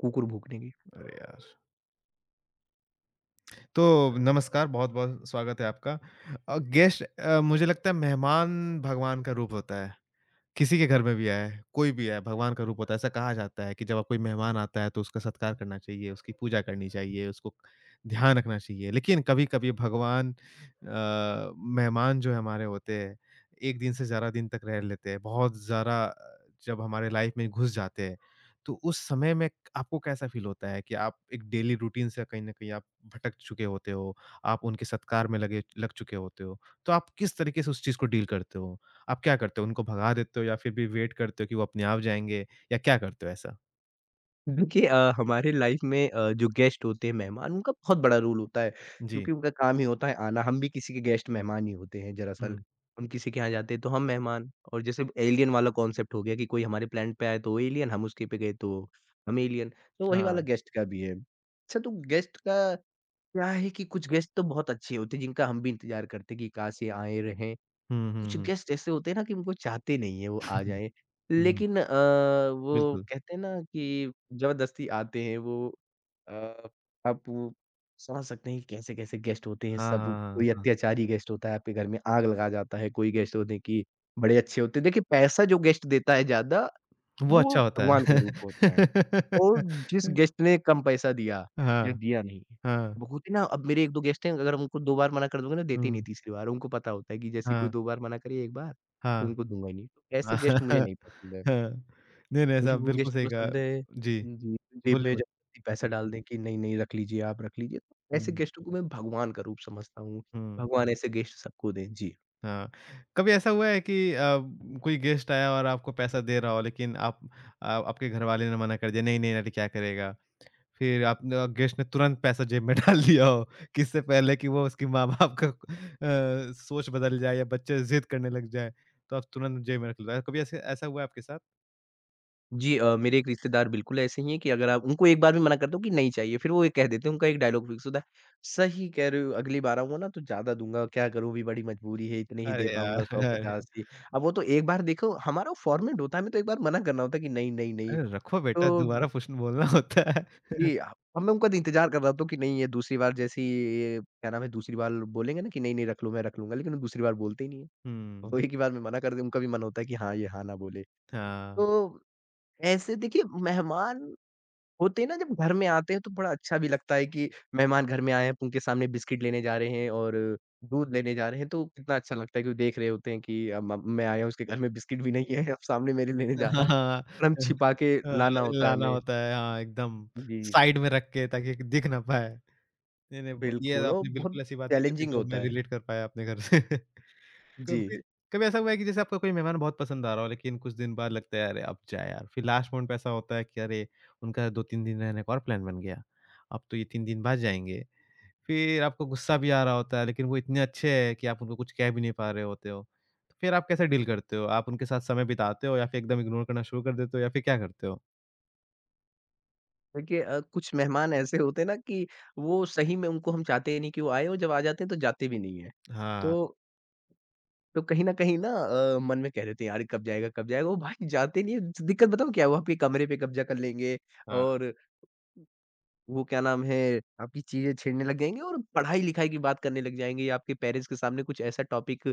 कुकुर भौंकने की। अरे यार! तो नमस्कार, बहुत-बहुत स्वागत है आपका। गेस्ट, मुझे लगता है मेहमान भगवान का रूप होता है। किसी के घर में भी आया है, कोई भी आया है, भगवान का रूप होता है। ऐसा कहा जाता है कि जब आप कोई मेहमान आता है तो उसका सत्कार करना चाहिए, उसकी पूजा करनी चाहिए, उसको ध्यान रखना चाहिए। लेकिन कभी-कभी भगवान, मेहमान जो हमारे होते हैं, 1 दिन से ज़्यादा दिन तक रह लेते हैं, बहुत ज़्यादा, जब हमारे लाइफ़ में घुस जाते हैं, तो उस समय में आपको कैसा फ़ील होता है कि आप एक डेली रूटीन से कहीं न कहीं आप भटक चुके होते हो, आप उनके सत्कार में लगे लग चुके होते हो, तो आप किस तरीके से उस चीज़ को डील करते हो? आप क्या करते हो? उनको भगा देते हो या फिर भी वेट करते हो कि वो अपने आप जाएँगे या क्या करते हो ऐसा? देखिए हमारे लाइफ में जो गेस्ट होते हैं, मेहमान, उनका बहुत बड़ा रोल होता है, जी। क्योंकि उनका काम ही होता है आना। हम भी किसी के गेस्ट मेहमान ही होते हैं दरअसल। हुँ, हम किसी के यहाँ जाते हैं तो हम मेहमान और जैसे एलियन वाला कॉन्सेप्ट हो गया कि कोई हमारे प्लैनेट पे आए तो वो एलियन, हम उसके पे गए तो हम एलियन, तो वही वाला हाँ। गेस्ट का भी है। अच्छा तो गेस्ट का क्या है कि कुछ गेस्ट तो बहुत अच्छे होते हैं, जिनका हम भी इंतज़ार करते हैं कि काश ये आएँ, रहें। हुँ, हुँ, कुछ हुँ। गेस्ट ऐसे होते हैं ना कि उनको चाहते नहीं है वो आ जाएँ। हुँ, लेकिन वो बिल्कुल। कहते हैं ना कि ज़बरदस्ती आते हैं वो। अ, आप वो समझ सकते हैं कि कैसे-कैसे गेस्ट होते हैं हाँ, सब। हाँ, हाँ, कोई हाँ। अत्याचारी गेस्ट होता है, आपके घर में आग लगा जाता है, कोई गेस्ट होते हैं कि बड़े अच्छे होते हैं। देखिए पैसा जो गेस्ट देता है ज़्यादा वो वो अच्छा होता है। भगवान का रूप होता है। और जिस गेस्ट ने कम पैसा दिया या हाँ, दिया नहीं, हाँ। बहुत ही ना अब मेरे 1-2 गेस्ट हैं, अगर हम उनको 2 बार मना कर दूँगा ना देते ही नहीं हुँ, तीसरी बार, उनको पता होता है कि जैसे कोई हाँ, 2 बार मना करे 1 बार, तो हाँ। उनको दूँगा ही नहीं। तो ऐसे गेस्ट मुझे हाँ। नहीं पसंद है। हाँ। नहीं, नहीं, मुझे ऐसा वो बिल्कुल गेस्ट सही कहा। पसंद है, जी, जी, जेब बोलिए, में जबरदस्ती पैसा बोलिए। डाल दें कि नहीं-नहीं रख लीजिए आप रख लीजिए। तो हुँ, ऐसे हुँ, गेस्टों को मैं भगवान का रूप समझता हूँ। हुँ। भगवान ऐसे गेस्ट सबको दें। जी। हाँ, कभी ऐसा हुआ है कि, कोई गेस्ट आया और आपको पैसा दे रहा हो लेकिन आप, आपके घरवाले ने मना कर दिया, नहीं, नहीं, अरे क्या करेगा? फिर आपने गेस्ट ने तुरंत पैसा जेब में डाल दिया हो, कि इससे पहले कि वो उसके माँ-बाप का, सोच बदल जाए या बच्चे ज़िद करने लग जाए, तो आप तुरंत जेब में रख लो। कभी ऐसे ऐसा हुआ है आपके साथ? जी, मेरे एक रिश्तेदार बिल्कुल ऐसे ही हैं कि अगर आप उनको एक बार भी मना कर दो कि नहीं चाहिए, फिर वो ये कह देते हैं, उनका एक डायलॉग फ़िक्स होता है, सही कह रहे हो, अगली बार आऊँगा ना तो ज़्यादा दूँगा, क्या करूँ अभी बड़ी मजबूरी है, इतने ही दे अरे यार! पाऊँगा अरे, 150 ही। अब वो तो एक बार देखो हमारा फॉर्मेट होता है, हमें तो एक बार मना करना होता है कि नहीं, नहीं, नहीं। अरे रखो बेटा तो दोबारा कुछ बोलना होता है। जी, अब मैं उनका तो इंतज़ार कर रहा होता हूँ कि नहीं ये दूसरी बार जैसे ही ये क्या नाम है, दूसरी बार बोलेंगे ना कि नहीं, नहीं रख लो, मैं रख लूँगा, लेकिन वो दूसरी बार बोलते ही नहीं है। हुँ, वो एक ही बार मैं मना कर दूँ, उनका भी मन होता है कि हाँ, ये हाँ ना बोले। हाँ। तो ऐसे देखिए मेहमान होते हैं ना जब घर में आते हैं तो बड़ा अच्छा भी लगता है कि मेहमान घर में आए हैं, अब उनके सामने बिस्किट लेने जा रहे हैं और दूध लेने जा रहे हैं, तो कितना अच्छा लगता है कि वो देख रहे होते हैं कि अब मैं आया हूँ उसके घर में बिस्किट भी नहीं है, अब सामने मेरे लेने जा हाँ, रहा है। हाँ। और हम छिपा के अ, लाना होता है लाना हमें। होता है हाँ, एकदम जी, साइड में रख के ताकि दिख ना पाए। नहीं, नहीं ब ये बिल्कुल और आपने बहुत बिल्कुल ऐसी बातें करी चैलेंजिंग जो होता मैं है। रिलेट कर पाया अपने घर से। जी, कभी कभी ऐसा हुआ है कि जैसे आपका कोई मेहमान बहुत पसंद आ रहा हो लेकिन कुछ दिन बाद लगता है अरे अब जाए यार, फिर लास्ट मोमेंट पे ऐसा होता है कि अरे उनका 2-3 दिन रहने का और प्लान बन गया, अब तो ये 3 दिन बाद जाएँगे। फिर आपको गुस्सा भी आ रहा होता है, लेकिन वो इतने अच्छे हैं कि आप उनको कुछ कह भी नहीं पा रहे होते हो। तो फिर आप कैसे डील करते हो? आप उनके साथ समय बिताते हो या फिर एकदम इग्नोर करना शुरू कर देते हो या फिर क्या करते हो? देखिए कुछ मेहमान ऐसे होते हैं ना कि वो सही में उनको हम चाहते ही नहीं कि वो आएँ और जब आ जाते हैं तो जाते भी नहीं हैं। हाँ, तो तो कहीं न कहीं ना मन में कह रहे थे यार कब जाएगा, कब जाएगा? वो भाई जाते नहीं है। दिक्कत बताऊँ क्या है? वहाँ पे कमरे पे कब्ज़ा कर लेंगे हाँ। और वो क्या नाम है, आपकी चीज़ें छेड़ने लग जाएँगे और पढ़ाई-लिखाई की बात करने लग जाएँगे या आपके पेरेंट्स के सामने कुछ ऐसा टॉपिक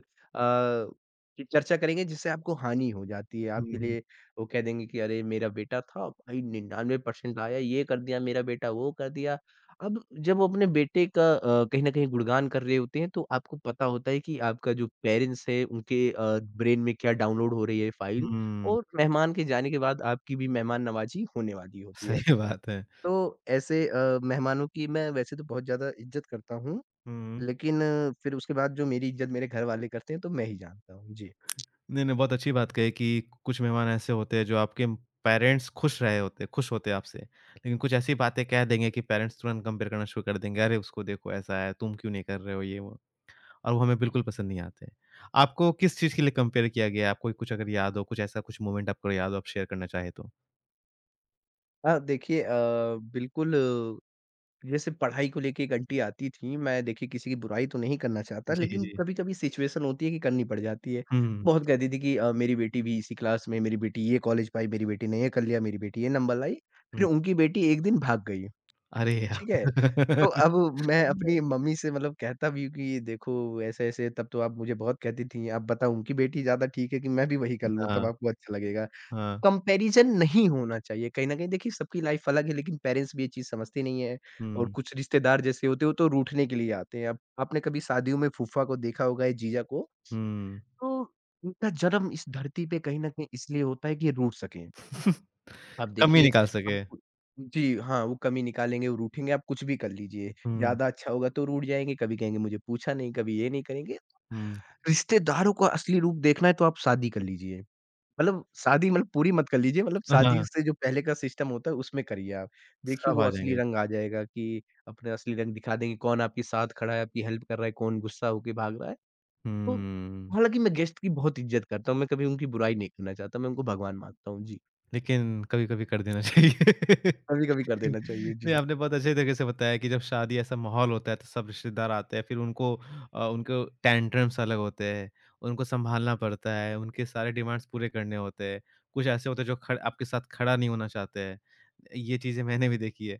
की चर्चा करेंगे जिससे आपको हानि हो जाती है। आपके हुँ, लिए वो कह देंगे कि अरे मेरा बेटा था भाई 99% लाया, ये कर दिया मेरा बेटा, वो कर दिया। अब जब वो अपने बेटे का कहीं न कहीं गुणगान कर रहे होते हैं, तो आपको पता होता है कि आपका जो पेरेंट्स है उनके ब्रेन में क्या डाउनलोड हो रही है फ़ाइल, हुँ, और मेहमान के जाने के बाद आपकी भी मेहमान नवाज़ी होने वाली होती है। सही बात है। तो ऐसे मेहमानों की मैं वैसे तो बहुत ज़्यादा इज़्ज़त करता हूँ, हुँ, लेकिन फिर उसके बाद जो मेरी इज़्ज़त मेरे घरवाले करते हैं, तो मैं ही जानता हूँ। जी। नहीं, नहीं बहुत अच्छी बात कही कि कुछ मेहमान ऐसे होते हैं जो आपके पेरेंट्स खुश होते हैं आपसे। लेकिन कुछ ऐसी बातें कह देंगे कि पेरेंट्स तुरंत कंपेयर करना शुरू कर देंगे, "अरे! उसको देखो ऐसा है, तुम क्यों नहीं कर रहे हो ये वो।" और वो हमें बिल्कुल पसंद नहीं आते। आपको किस चीज़ के लिए कंपेयर किया गया है? आपको कुछ अगर याद हो, कुछ मोमेंट आपको याद हो, आप शेयर करना चाहें तो? हाँ, देखिए बिल्कुल। जैसे पढ़ाई को लेके एक आंटी आती थीं, मैं देखिए किसी की बुराई तो नहीं करना चाहता, जी, लेकिन जी। कभी-कभी सिचुएशन होती है कि करनी पड़ जाती है। हुँ, बहुत कहती थी कि मेरी बेटी भी इसी क्लास में, मेरी बेटी ये कॉलेज पाई, मेरी बेटी ने ये कर लिया, मेरी बेटी ये नंबर लाई। फिर हुँ। उनकी बेटी एक दिन भाग गई। अरे ठीक है। यार! तो अब मैं अपनी मम्मी से मतलब कहता भी हूँ कि देखो ऐसे-ऐसे तब तो आप मुझे बहुत कहती थीं, अब बताओ उनकी बेटी ज़्यादा ठीक है कि मैं भी वही कर लूँ तब हाँ, आपको अच्छा लगेगा। हाँ। कंपैरिज़न नहीं होना चाहिए कहीं न कहीं, देखिए सबकी लाइफ़ अलग है लेकिन पेरेंट्स भी ये चीज़ समझते नहीं हैं। और हुँ, कुछ रिश्तेदार जैसे होते हैं वो तो रूठने के लिए आते हैं। अब आपने कभी शादियों में फूफा को देखा होगा या जीजा को, हुँ। तो उनका जन्म इस धरती पे कहीं न कहीं इसलिए होता है कि ये रूठ सकें। आप कम ही देखिए निकाल अब सके। कु जी, हाँ, वो कमी निकालेंगे, वो रूठेंगे, आप कुछ भी कर लीजिए। हुँ, ज़्यादा अच्छा होगा तो रूठ जाएँगे, कभी कहेंगे मुझे पूछा नहीं, कभी ये नहीं करेंगे। हुँ। रिश्तेदारों का असली रूप देखना है तो आप शादी कर लीजिए। मतलब शादी मतलब पूरी मत कर लीजिए, मतलब शादी हाँ, से जो पहले का सिस्टम होता है उसमें करिए आप। देखिए सब वो आ असली जाएँगे। रंग आ जाएगा कि अपने असली रंग दिखा देंगे, कौन आपके साथ खड़ा है, आपकी हेल्प कर रहा है, कौन गुस्सा होके भाग रहा है। तो हुँ, हालाँकि मैं गेस्ट की बहुत इज़्ज़त करता हूँ, मैं कभी उनकी बुराई नहीं करना चाहता, मैं उनको भगवान मानता हूँ। जी, लेकिन कभी-कभी कर देना चाहिए। कभी-कभी कर देना चाहिए। नहीं, जी। आपने बहुत अच्छे तरीके से बताया कि जब शादी ऐसा माहौल होता है तो सब रिश्तेदार आते हैं फिर उनको टेंट्रम्स अलग होते हैं, उनको सँभालना पड़ता है, उनके सारे डिमांड्स पूरे करने होते हैं। कुछ ऐसे होते हैं जो खड़ आपके साथ खड़ा नहीं होना चाहते हैं। ये चीज़ें मैंने भी देखी है।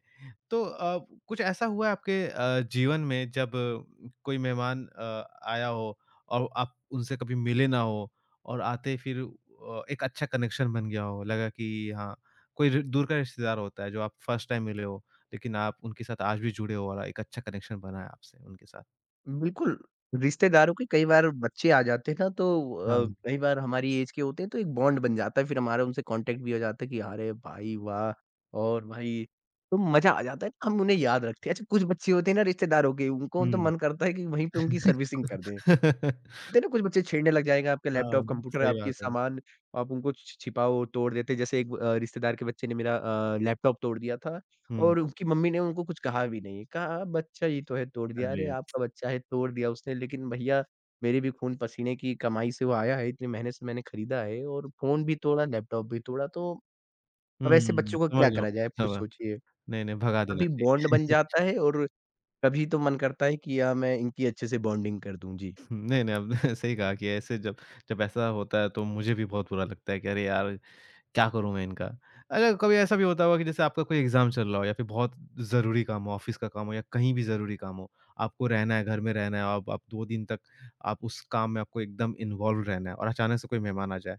तो, कुछ ऐसा हुआ है आपके जीवन में जब कोई मेहमान आया हो और आप उनसे कभी मिले ना हो और आते फिर एक अच्छा कनेक्शन बन गया हो, लगा कि हाँ कोई रि दूर का रिश्तेदार होता है जो आप फर्स्ट टाइम मिले हो, लेकिन आप उनके साथ आज भी जुड़े हो और एक अच्छा कनेक्शन बना है आपसे उनके साथ। बिल्कुल, रिश्तेदारों के कई बार बच्चे आ जाते हैं ना तो हाँ, कई बार हमारी एज के होते हैं तो एक बॉन्ड बन जाता है, फिर हमारा उनसे कॉन्टैक्ट भी हो जाता है कि अरे भाई वाह! और भाई तो मज़ा आ जाता है, हम उन्हें याद रखते हैं। अच्छा कुछ बच्चे होते हैं ना रिश्तेदारों के, उनको तो हुँ। मन करता है कि वहीं पे उनकी सर्विसिंग कर दें। होते हैं ना कुछ बच्चे छेड़ने लग जाएँगे आपके हाँ, लैपटॉप, कंप्यूटर, सही आपके बात है। सामान, आप उनको छ छिपाओ, तोड़ देते हैं। जैसे एक रिश्तेदार के बच्चे ने मेरा लैपटॉप तोड़ दिया था हुँ। और उनकी मम्मी ने उनको कुछ कहा भी नहीं। कहा, "बच्चा ही तो है, तोड़ दिया।" अरे! अरे! आपका बच्चा है, तोड़ दिया उसने, लेकिन भैया मेरे भी खून पसीने की कमाई से वो आया है, इतनी मेहनत से मैंने खरीदा है और फ़ोन भी तोड़ा, लैपटॉप भी तोड़ा। तो हुँ, अब ऐसे बच्चों को समझ क्या रहा हूँ, करा जाए, आप खुद समझ सोचिए। नहीं, नहीं भगा देना कभी चाहिए। बॉन्ड बन जाता है और कभी तो मन करता है कि या मैं इनकी अच्छे से बॉन्डिंग कर दूँ। जी। नहीं, नहीं आपने सही कहा कि ऐसे जब जब ऐसा होता है तो मुझे भी बहुत बुरा लगता है कि अरे यार! क्या करूँ मैं इनका? अच्छा कभी ऐसा भी होता होगा कि जैसे आपका कोई एग्ज़ाम चल रहा हो या फिर बहुत ज़रूरी काम हो, ऑफ़िस का काम हो या कहीं भी ज़रूरी काम हो, आपको रहना है, घर में रहना है, अब आप 2 दिन तक आप उस काम में आपको एकदम इन्वॉल्व रहना है और अचानक से कोई मेहमान आ जाए।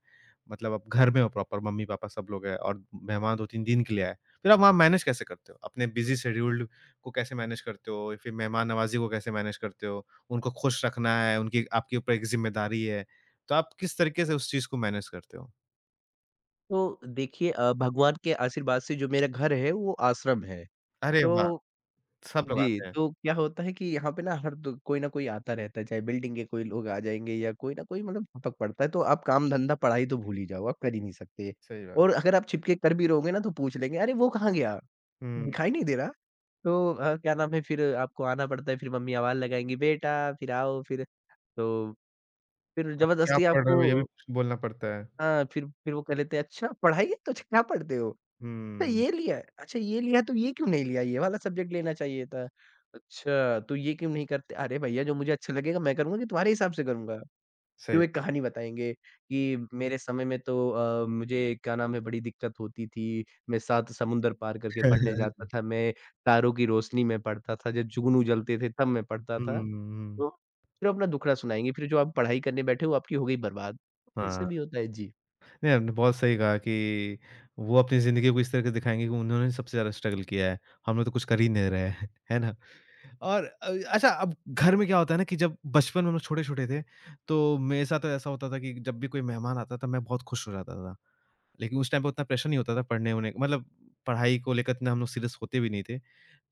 मतलब आप घर में हो प्रॉपर मम्मी-पापा सब लोग हैं और मेहमान 2-3 दिन के लिए आए। फिर आप वहाँ मैनेज कैसे करते हो? अपने बिज़ी शेड्यूल्ड को कैसे मैनेज करते हो? फिर मेहमान नवाज़ी को कैसे मैनेज करते हो? उनको खुश रखना है, उनकी आपके ऊपर एक ज़िम्मेदारी है। तो आप किस तरीके से उस चीज़ को मैनेज करते हो? तो देखिए भगवान के आशीर्वाद से जो मेरा घर है वो आश्रम है। अरे वाह! तो सब लोग जी, आते हैं। तो क्या होता है कि यहाँ पे ना हर दो कोई न कोई आता रहता है, चाहे बिल्डिंग के कोई लोग आ जाएँगे या कोई न कोई मतलब टपक पड़ता है, तो आप काम-धंधा, पढ़ाई तो भूल ही जाओ, आप कर ही नहीं सकते। सही बात। और अगर आप छिपके कर भी रहोगे ना तो पूछ लेंगे, "अरे! वो कहाँ गया? हुँ, दिखाई नहीं दे रहा।" तो क्या नाम है फिर आपको आना पड़ता है, फिर मम्मी आवाज़ लगाएँगी, "बेटा, फिर आओ।" फिर तो फिर आप क्या ज़बरदस्ती पढ़ रहे हो? ये भी आपको। बोलना पड़ता है। हाँ, फिर वो कह लेते हैं, "अच्छा, पढ़ाई है? तो अच्छा क्या पढ़ते हो?" अच्छा हुँ, ये लिया है? अच्छा ये लिया है तो ये क्यों नहीं लिया? ये वाला सब्जेक्ट लेना चाहिए था। अच्छा, तो ये क्यों नहीं करते? अरे भैया जो मुझे अच्छा लगेगा मैं करूँगा कि तुम्हारे हिसाब से करूँगा। फिर वो सही। एक कहानी बताएँगे कि मेरे समय में तो मुझे क्या नाम है बड़ी दिक्कत होती थी। मैं 7 समुंदर पार करके पढ़ने जाता था। मैं तारों की रोशनी में पढ़ता था। जब जुगनू उजलते थे तब मैं पढ़ता हुँ, था। हुँ, तो फिर अपना दुखड़ा सुनाएँगे। फिर जो आप पढ़ाई करने बैठे हो आपकी हो गई बर्बाद। ऐसा हाँ। भी होता है। जी। नहीं, आपने बहुत सही कहा कि वो अपनी ज़िंदगी को इस तरह से दिखाएँगे कि उन्होंने सबसे ज़्यादा स्ट्रगल किया है। हम लोग तो कुछ कर ही नहीं रहे हैं, है ना? और अच्छा अब घर में क्या होता है ना कि जब बचपन में हम लोग छोटे-छोटे थे, तो मेरे साथ तो ऐसा होता था कि जब भी कोई मेहमान आता था, मैं बहुत खुश हो जाता था। लेकिन उस टाइम पे उतना प्रेशर नहीं होता था पढ़ने-वढ़ने मतलब पढ़ाई को लेकर इतना हम लोग सीरियस होते भी नहीं थे।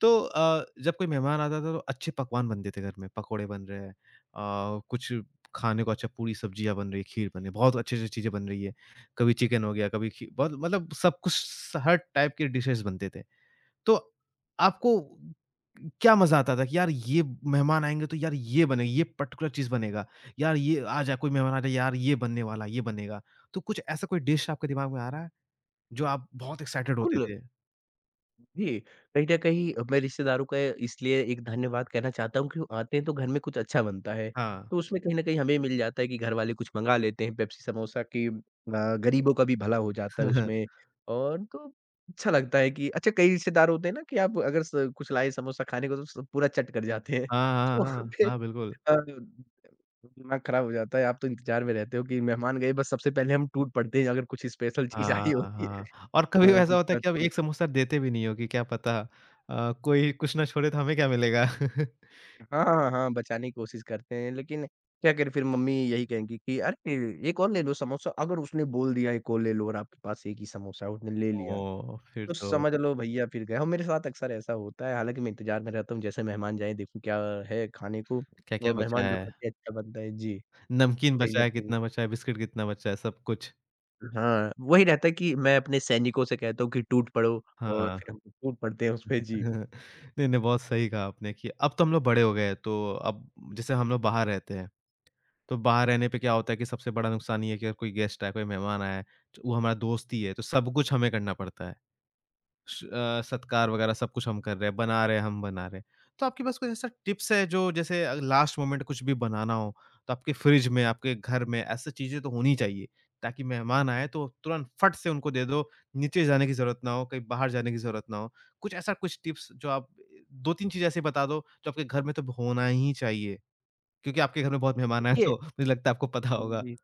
तो जब कोई मेहमान आता था, तो अच्छे पकवान बनते थे घर में, पकोड़े बन रहे हैं, कुछ खाने को अच्छा पूरी सब्जियाँ बन रही है, खीर बन रही है, बहुत अच्छी-अच्छी चीज़ें बन रही है। कभी चिकन हो गया, कभी खी बहुत मतलब सब कुछ स हर टाइप के डिशेज़ बनते थे। तो आपको क्या मज़ा आता था कि यार ये मेहमान आएँगे तो यार ये पर्टिकुलर चीज़ बनेगा। यार ये आ जाए कोई मेहमान आ जाए यार ये बनने वाला है, ये बनेगा। तो कुछ ऐसा कोई डिश आपके दिमाग में आ रहा है? जो आप बहुत एक्साइटेड कुल होते थे? जी, कहीं न कहीं मैं रिश्तेदारों का इसलिए एक धन्यवाद कहना चाहता हूँ कि वो आते हैं तो घर में कुछ अच्छा बनता है। हाँ। तो उसमें कहीं न कहीं हमें मिल जाता है कि घरवाले कुछ मँगा लेते हैं पेप्सी समोसा कि गरीबों का भी भला हो जाता है उसमें। और तो अच्छा लगता है कि अच्छा कई रिश्तेदार होते हैं ना कि आप अगर स कुछ लाए समोसा खाने को तो स पूरा चट कर जाते हैं। हाँ, तो हाँ, हाँ। फिर हाँ, बिल्कुल। अ, दिमाग खराब हो जाता है, आप तो इंतज़ार में रहते हो कि मेहमान गए बस सबसे पहले हम टूट पड़ते हैं अगर कुछ स्पेशल चीज़ आई हाँ, हाँ। होती है। हाँ, और कभी अ, कि ऐसा होता है क्या कि आप एक समोसा देते भी नहीं हो कि क्या पता कोई कुछ ना छोड़े तो हमें क्या मिलेगा? हाँ, हाँ, हाँ, बचाने की कोशिश करते हैं, लेकिन क्या करें फिर मम्मी यही कहेंगी कि अरे! एक और ले लो समोसा, अगर उसने बोल दिया एक और ले लो और आपके पास एक ही समोसा है, उसने ले लिया, ओह! फिर तो तो समझ लो भैया फिर गए। और मेरे साथ अक्सर ऐसा होता है, हालाँकि मैं इंतज़ार में रहता हूँ, जैसे मेहमान जाएँ, देखूँ क्या है खाने को। क्या-क्या और बचा मेहमान जब है? आते हैं अच्छा बनता है। जी, नमकीन कहीं बचा न है, कहीं कितना बचा है, बिस्किट कितना बचा है, सब कुछ। हाँ, वही रहता है कि मैं अपने सैनिकों से कहता हूँ कि टूट पड़ो और हाँ। फिर हम टूट पड़ते हैं उस पे, जी। नहीं, नहीं बहुत सही कहा आपने कि अब तो हम लोग बड़े हो गए हैं, तो अब जैसे हम लोग बाहर रहते हैं, तो बाहर रहने पे क्या होता है कि सबसे बड़ा नुकसान ये है कि अगर कोई गेस्ट आया, कोई मेहमान आया, च वो हमारा दोस्त ही है, तो सब कुछ हमें करना पड़ता है। सत्कार वगैरह सब कुछ हम कर रहे हैं, बना रहे हैं, हम बना रहे हैं। तो आपके पास कोई ऐसा टिप्स है जो जैसे लास्ट मोमेंट कुछ भी बनाना हो, तो आपके फ्रिज में, आपके घर में ऐसी चीज़ें तो होनी चाहिए, ताकि मेहमान आएँ तो तुरंत फट से उनको दे दो, नीचे जाने की ज़रूरत ना हो, कहीं बाहर जाने की ज़रूरत ना हो। कुछ ऐसा कुछ टिप्स जो आप 2-3 चीज़ ऐसी बता दो, जो आपके घर में तो होना ही चाहिए, क्योंकि आपके घर में बहुत मेहमान आए देखिए तो मुझे लगता है आपको पता होगा। जी,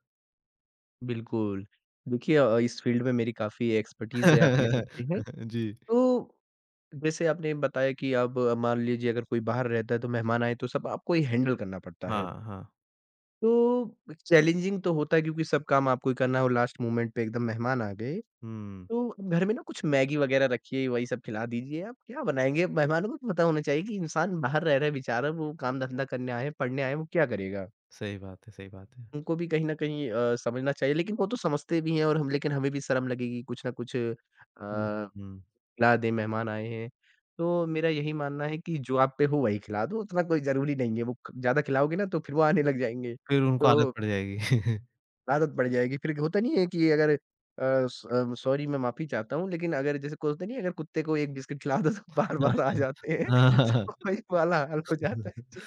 बिल्कुल। देखिए इस फ़ील्ड में मेरी काफ़ी एक्सपर्टीज़ है आप कह सकते हैं। जी। तो जैसे आपने बताया कि अब मान लीजिए अगर कोई बाहर रहता है तो मेहमान आए तो सब आपको ही हैंडल करना पड़ता है। हाँ, हाँ। तो चैलेंजिंग तो होता है क्योंकि सब काम आपको ही करना है और लास्ट मोमेंट पे एकदम मेहमान आ गए। हुँ, तो घर में ना कुछ मैगी वगैरह रखिए, वही सब खिला दीजिए। आप क्या बनाएँगे? मेहमानों को तो पता होना चाहिए कि इंसान बाहर रह रहा है बेचारा, वो काम-धंधा करने आए हैं, पढ़ने आए हैं, वो क्या करेगा? सही बात है, सही बात है। उनको भी कहीं न कहीं समझना चाहिए लेकिन वो तो समझते भी हैं। और हम लेकिन हमें भी शर्म लगेगी कुछ ना कुछ हुँ, खिला हुँ। दें, मेहमान आए हैं। तो मेरा यही मानना है कि जो आप पे हो वही खिला दो, उतना कोई ज़रूरी नहीं है। वो ख ज़्यादा खिलाओगे ना तो फिर वो आने लग जाएँगे, फिर उनको आदत तो पड़ जाएगी। आदत पड़ जाएगी। फिर होता नहीं है कि अगर सॉरी मैं माफ़ी चाहता हूँ, लेकिन अगर जैसे कोई होता नहीं है अगर कुत्ते को एक बिस्किट खिला दो तो बार-बार आ जाते हैं, हाँ, हाँ। हाँ। तो वही वाला हाल हो जाता है। जी।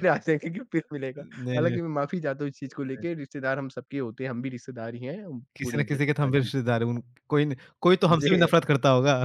फिर आ जाएँगे कि फिर मिलेगा। नहीं, नहीं, हालाँकि मैं माफ़ी चाहता हूँ इस चीज़ को लेके, रिश्तेदार हम सबके होते हैं, हम भी रिश्तेदार ही हैं, किसी पूरी न इज़्ज़त किसी के के तो हम साथ भी जी। रिश्तेदार हैं, उन कोई न कोई तो हमसे भी जी, नफ़रत करता होगा।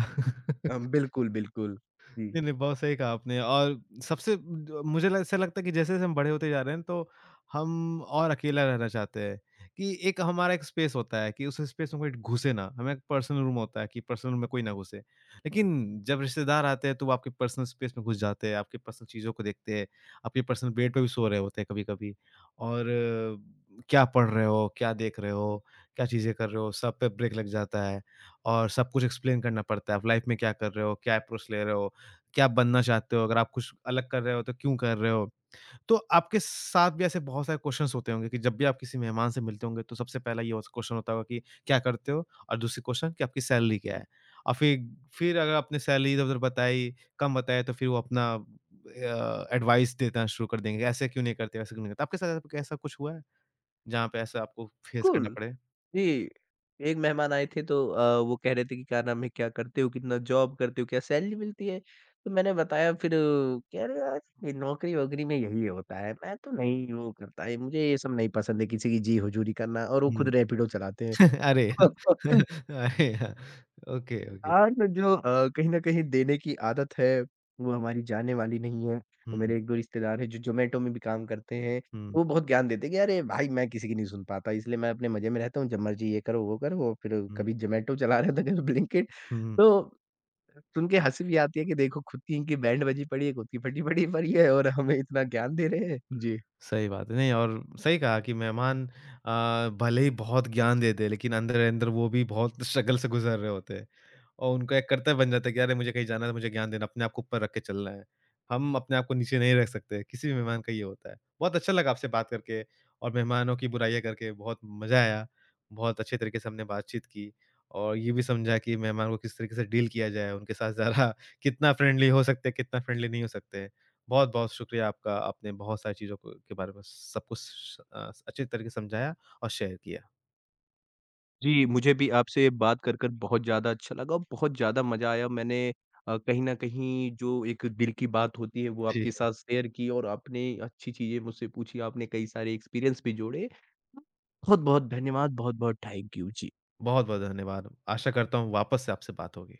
बिल्कुल, बिल्कुल। जी, नहीं, नहीं, बहुत सही कहा आपने और सबसे ड मुझे ल ऐसा लगता है कि जैसे-जैसे हम बड़े होते जा रहे हैं तो हम और अकेला रहना चाहते हैं कि एक हमारा एक स्पेस होता है कि उस स्पेस में कोई घुसे ना, हमें एक पर्सनल रूम होता है कि पर्सनल रूम में कोई ना घुसे। लेकिन जब रिश्तेदार आते हैं तो वो आपके पर्सनल स्पेस में घुस जाते हैं, आपकी पर्सनल चीज़ों को देखते हैं, आपके पर्सनल बेड पे भी सो रहे होते हैं कभी-कभी और, क्या पढ़ रहे हो, क्या देख रहे हो, क्या चीज़ें कर रहे हो, सब पे ब्रेक लग जाता है और सब कुछ एक्सप्लेन करना पड़ता है। आप लाइफ में क्या कर रहे हो, क्या अप्रोच ले रहे हो। कि आप बनना चाहते हो, अगर आप कुछ अलग कर रहे हो तो क्यों कर रहे हो? तो आपके साथ भी ऐसे बहुत सारे क्वेश्चन्स होते होंगे कि जब भी आप किसी मेहमान से मिलते होंगे तो सबसे पहला ये हो क्वेश्चन होता होगा कि क्या करते हो? और दूसरी क्वेश्चन कि आपकी सैलरी क्या है? और फिर अगर आपने सैलरी इधर-उधर बताई, कम बताया तो फिर वो अपना एडवाइस देना शुरू कर देंगे, ऐसे क्यों नहीं करते, वैसे क्यों नहीं करते? आपके साथ आपका ऐसा कुछ हुआ है, जहाँ पे ऐसा आपको फेस करना कुल। पड़े? जी, एक मेहमान आए थे तो वो कह रहे थे कि क्या नाम है, क्या करते हो, कितना जॉब करते हो, क्या सैलरी मिलती है? तो मैंने बताया फिर कह रहे यार ये नौकरी-वोकरी में यही होता है, मैं तो नहीं वो करता, ये मुझे ये सब नहीं पसंद है किसी की जी हुजूरी करना। और वो खुद हुँ। रैपिडो चलाते हैं। अरे! यार, अरे! यार, ओके, ओके। और जो कहीं न कहीं देने की आदत है, वो हमारी जाने वाली नहीं है। और हुँ, मेरे 1-2 रिश्तेदार हैं जो ज़ोमैटो में भी काम करते हैं, हुँ, वो बहुत ज्ञान देते हैं कि अरे भाई! मैं किसी की नहीं सुन पाता, इसलिए मैं अपने मज़े में रहता हूँ, जब मर्ज़ी ये करो, वो फिर हुँ, कभी ज़ोमैटो चला रहे थे, कभी ब्लिंकिट। हुँ। तो सुन के हँसी भी आती है कि देखो खुद की इनकी बैंड बजी पड़ी है, खुद की फटी पड़ी पड़ी है और हमें इतना ज्ञान दे रहे हैं। जी। सही बात है। नहीं और सही कहा कि मेहमान भले ही बहुत ज्ञान दे दें, लेकिन अंदर-अंदर वो भी बहुत स्ट्रगल से गुज़र रहे होते हैं। और उनको एक कर्तव्य बन जाता है कि अरे मुझे कहीं जाना है तो मुझे ज्ञान देना, अपने आप को ऊपर रख के चलना है। हम अपने आप को नीचे नहीं रख सकते, किसी भी मेहमान का ये होता है। बहुत अच्छा लगा आपसे बात करके और मेहमानों की बुराइयाँ करके बहुत मज़ा आया। बहुत अच्छे तरीके से हमने बातचीत की और ये भी समझा कि मेहमान को किस तरीके से डील किया जाए, उनके साथ ज़रा कितना फ्रेंडली हो सकते हैं, कितना फ्रेंडली नहीं हो सकते। बहुत-बहुत शुक्रिया आपका, आपने बहुत सारी चीज़ों को के बारे में सब कुछ अच्छे तरीके से समझाया और शेयर किया। जी, मुझे भी आपसे बात कर कर बहुत ज़्यादा अच्छा लगा और बहुत ज़्यादा मज़ा आया। मैंने कहीं न कहीं जो एक दिल की बात होती है वो आपके जी। साथ शेयर की और आपने अच्छी चीज़ें मुझसे पूछी, आपने कई सारे एक्सपीरियंस भी जोड़े। बहुत-बहुत धन्यवाद, बहुत-बहुत थैंक यू। जी। बहुत-बहुत धन्यवाद। आशा करता हूँ वापस से आपसे बात होगी।